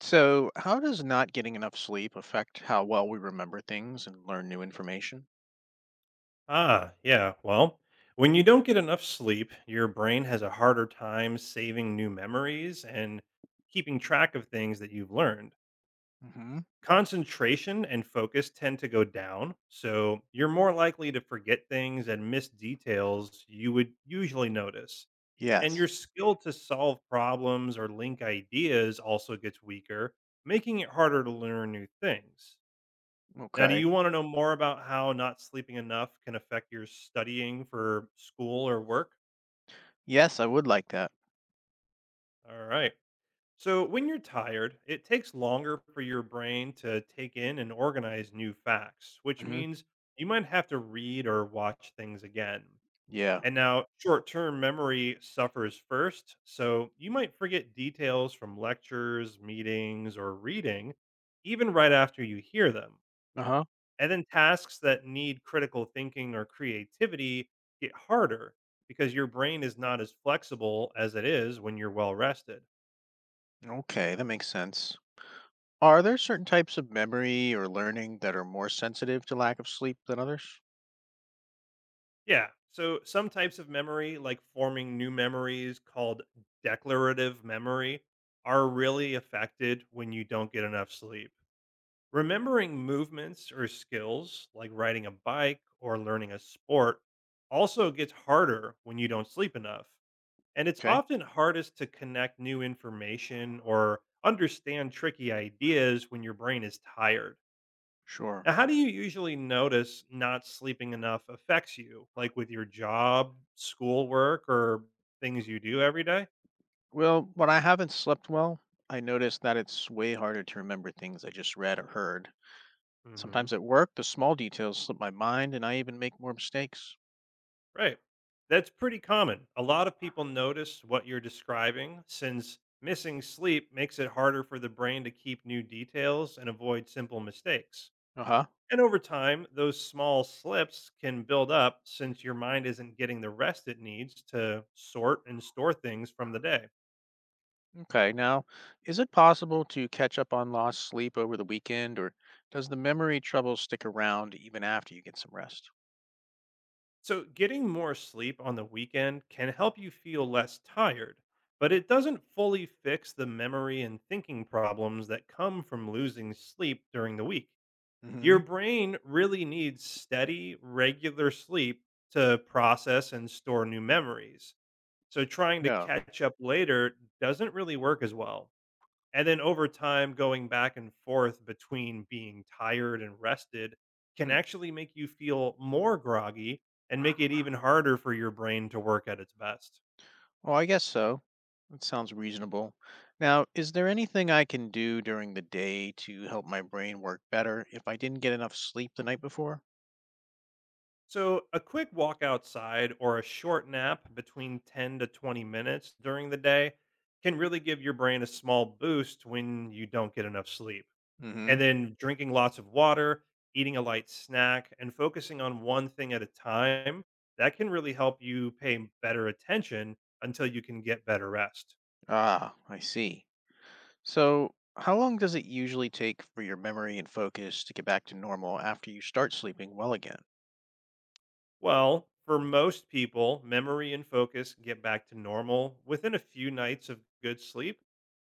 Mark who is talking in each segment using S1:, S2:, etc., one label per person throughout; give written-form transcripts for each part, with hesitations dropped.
S1: So, how does not getting enough sleep affect how well we remember things and learn new information?
S2: Ah, yeah. Well, when you don't get enough sleep, your brain has a harder time saving new memories and keeping track of things that you've learned.
S1: Hmm.
S2: Concentration and focus tend to go down, so you're more likely to forget things and miss details you would usually notice. And
S1: Yes.
S2: your skill to solve problems or link ideas also gets weaker, making it harder to learn new things. Now, do
S1: Okay.
S2: you want to know more about how not sleeping enough can affect your studying for school or work?
S1: Yes, I would like that.
S2: All right. So, when you're tired, it takes longer for your brain to take in and organize new facts, which
S1: Hmm.
S2: means you might have to read or watch things again.
S1: Yeah.
S2: And now, short term memory suffers first. So, you might forget details from lectures, meetings, or reading, even right after you hear them.
S1: Uh huh.
S2: And then tasks that need critical thinking or creativity get harder because your brain is not as flexible as it is when you're well rested.
S1: Okay, that makes sense. Are there certain types of memory or learning that are more sensitive to lack of sleep than others?
S2: Yeah. So some types of memory, like forming new memories called declarative memory, are really affected when you don't get enough sleep. Remembering movements or skills like riding a bike or learning a sport also gets harder when you don't sleep enough. And it's
S1: Okay,
S2: often hardest to connect new information or understand tricky ideas when your brain is tired.
S1: sure.
S2: Now, how do you usually notice not sleeping enough affects you, like with your job, schoolwork, or things you do every day?
S1: Well, when I haven't slept well, I notice that it's way harder to remember things I just read or heard.
S2: Mm-hmm.
S1: Sometimes at work, the small details slip my mind and I even make more mistakes.
S2: Right. That's pretty common. A lot of people notice what you're describing since missing sleep makes it harder for the brain to keep new details and avoid simple mistakes.
S1: Uh huh.
S2: And over time, those small slips can build up since your mind isn't getting the rest it needs to sort and store things from the day.
S1: Okay, now, is it possible to catch up on lost sleep over the weekend, or does the memory trouble stick around even after you get some rest?
S2: So, getting more sleep on the weekend can help you feel less tired, but it doesn't fully fix the memory and thinking problems that come from losing sleep during the week. Your
S1: Hmm.
S2: brain really needs steady, regular sleep to process and store new memories. So, trying to
S1: Yeah.
S2: catch up later doesn't really work as well. And then over time, going back and forth between being tired and rested can
S1: Hmm.
S2: actually make you feel more groggy and make it even harder for your brain to work at its best.
S1: Well, I guess so. That sounds reasonable. Now, is there anything I can do during the day to help my brain work better if I didn't get enough sleep the night before?
S2: So, a quick walk outside or a short nap between 10 to 20 minutes during the day can really give your brain a small boost when you don't get enough sleep.
S1: Hmm.
S2: And then drinking lots of water, eating a light snack, and focusing on one thing at a time, that can really help you pay better attention until you can get better rest.
S1: Ah, I see. So, how long does it usually take for your memory and focus to get back to normal after you start sleeping well again?
S2: Well, for most people, memory and focus get back to normal within a few nights of good sleep,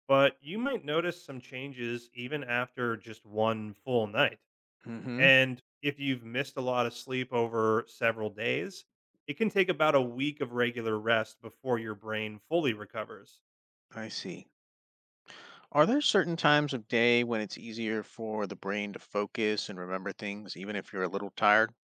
S2: but you might notice some changes even after just one full night.
S1: Hmm.
S2: And if you've missed a lot of sleep over several days, it can take about a week of regular rest before your brain fully recovers.
S1: I see. Are there certain times of day when it's easier for the brain to focus and remember things, even if you're a little tired?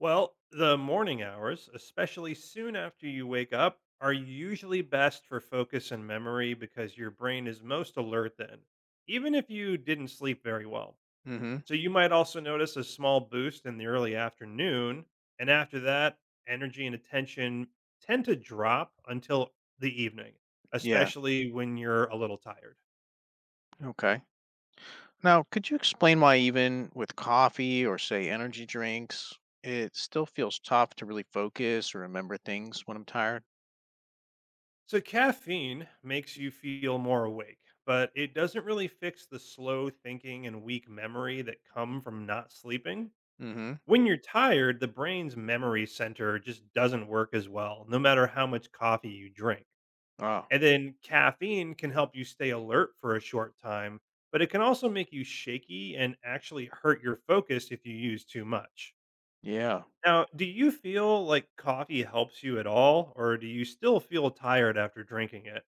S2: Well, the morning hours, especially soon after you wake up, are usually best for focus and memory because your brain is most alert then, even if you didn't sleep very well.
S1: Hmm.
S2: So you might also notice a small boost in the early afternoon. And after that, energy and attention tend to drop until the evening,
S1: Yeah.
S2: especially when you're a little tired.
S1: Okay. Now, could you explain why, even with coffee or, say, energy drinks, it still feels tough to really focus or remember things when I'm tired?
S2: So caffeine makes you feel more awake, but it doesn't really fix the slow thinking and weak memory that come from not sleeping.
S1: Hmm.
S2: When you're tired, the brain's memory center just doesn't work as well, no matter how much coffee you drink.
S1: Oh,
S2: And then caffeine can help you stay alert for a short time, but it can also make you shaky and actually hurt your focus if you use too much.
S1: yeah.
S2: Now, do you feel like coffee helps you at all, or do you still feel tired after drinking it?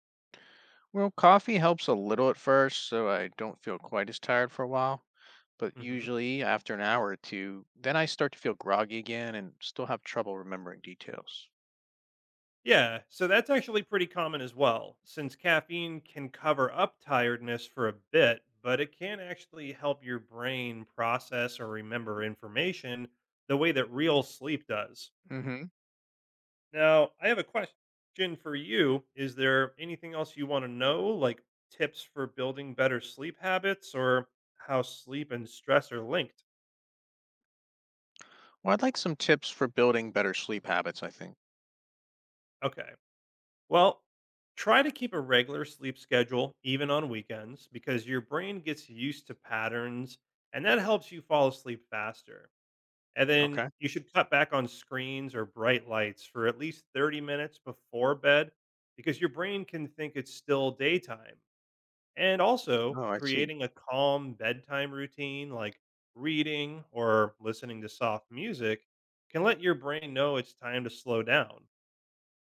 S1: Well, coffee helps a little at first, so I don't feel quite as tired for a while. But
S2: Hmm.
S1: usually after an hour or two, then I start to feel groggy again and still have trouble remembering details.
S2: Yeah, so that's actually pretty common as well, since caffeine can cover up tiredness for a bit, but it can actually help your brain process or remember information the way that real sleep does.
S1: Hmm.
S2: Now, I have a question for you. Is there anything else you want to know, like tips for building better sleep habits or how sleep and stress are linked?
S1: Well, I'd like some tips for building better sleep habits, I think.
S2: Okay. Well, try to keep a regular sleep schedule, even on weekends, because your brain gets used to patterns and that helps you fall asleep faster. And then
S1: Okay.
S2: you should cut back on screens or bright lights for at least 30 minutes before bed, because your brain can think it's still daytime. And also
S1: Oh, I see.
S2: creating a calm bedtime routine, like reading or listening to soft music, can let your brain know it's time to slow down.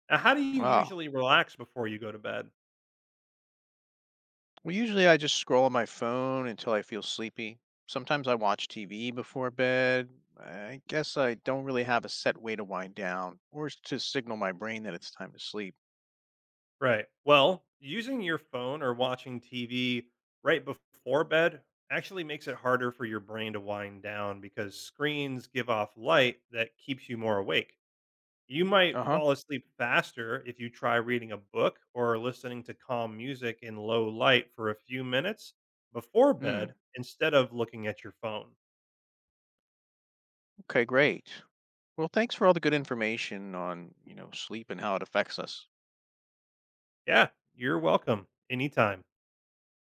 S2: Now, how do you
S1: Wow.
S2: usually relax before you go to bed?
S1: Well, usually I just scroll on my phone until I feel sleepy. Sometimes I watch TV before bed. I guess I don't really have a set way to wind down to signal my brain that it's time to sleep.
S2: Right. Well, using your phone or watching TV right before bed actually makes it harder for your brain to wind down because screens give off light that keeps you more awake. You might
S1: Uh-huh.
S2: fall asleep faster if you try reading a book or listening to calm music in low light for a few minutes before
S1: Hmm.
S2: bed instead of looking at your phone.
S1: Okay, great. Well, thanks for all the good information on sleep and how it affects us.
S2: Yeah, you're welcome anytime.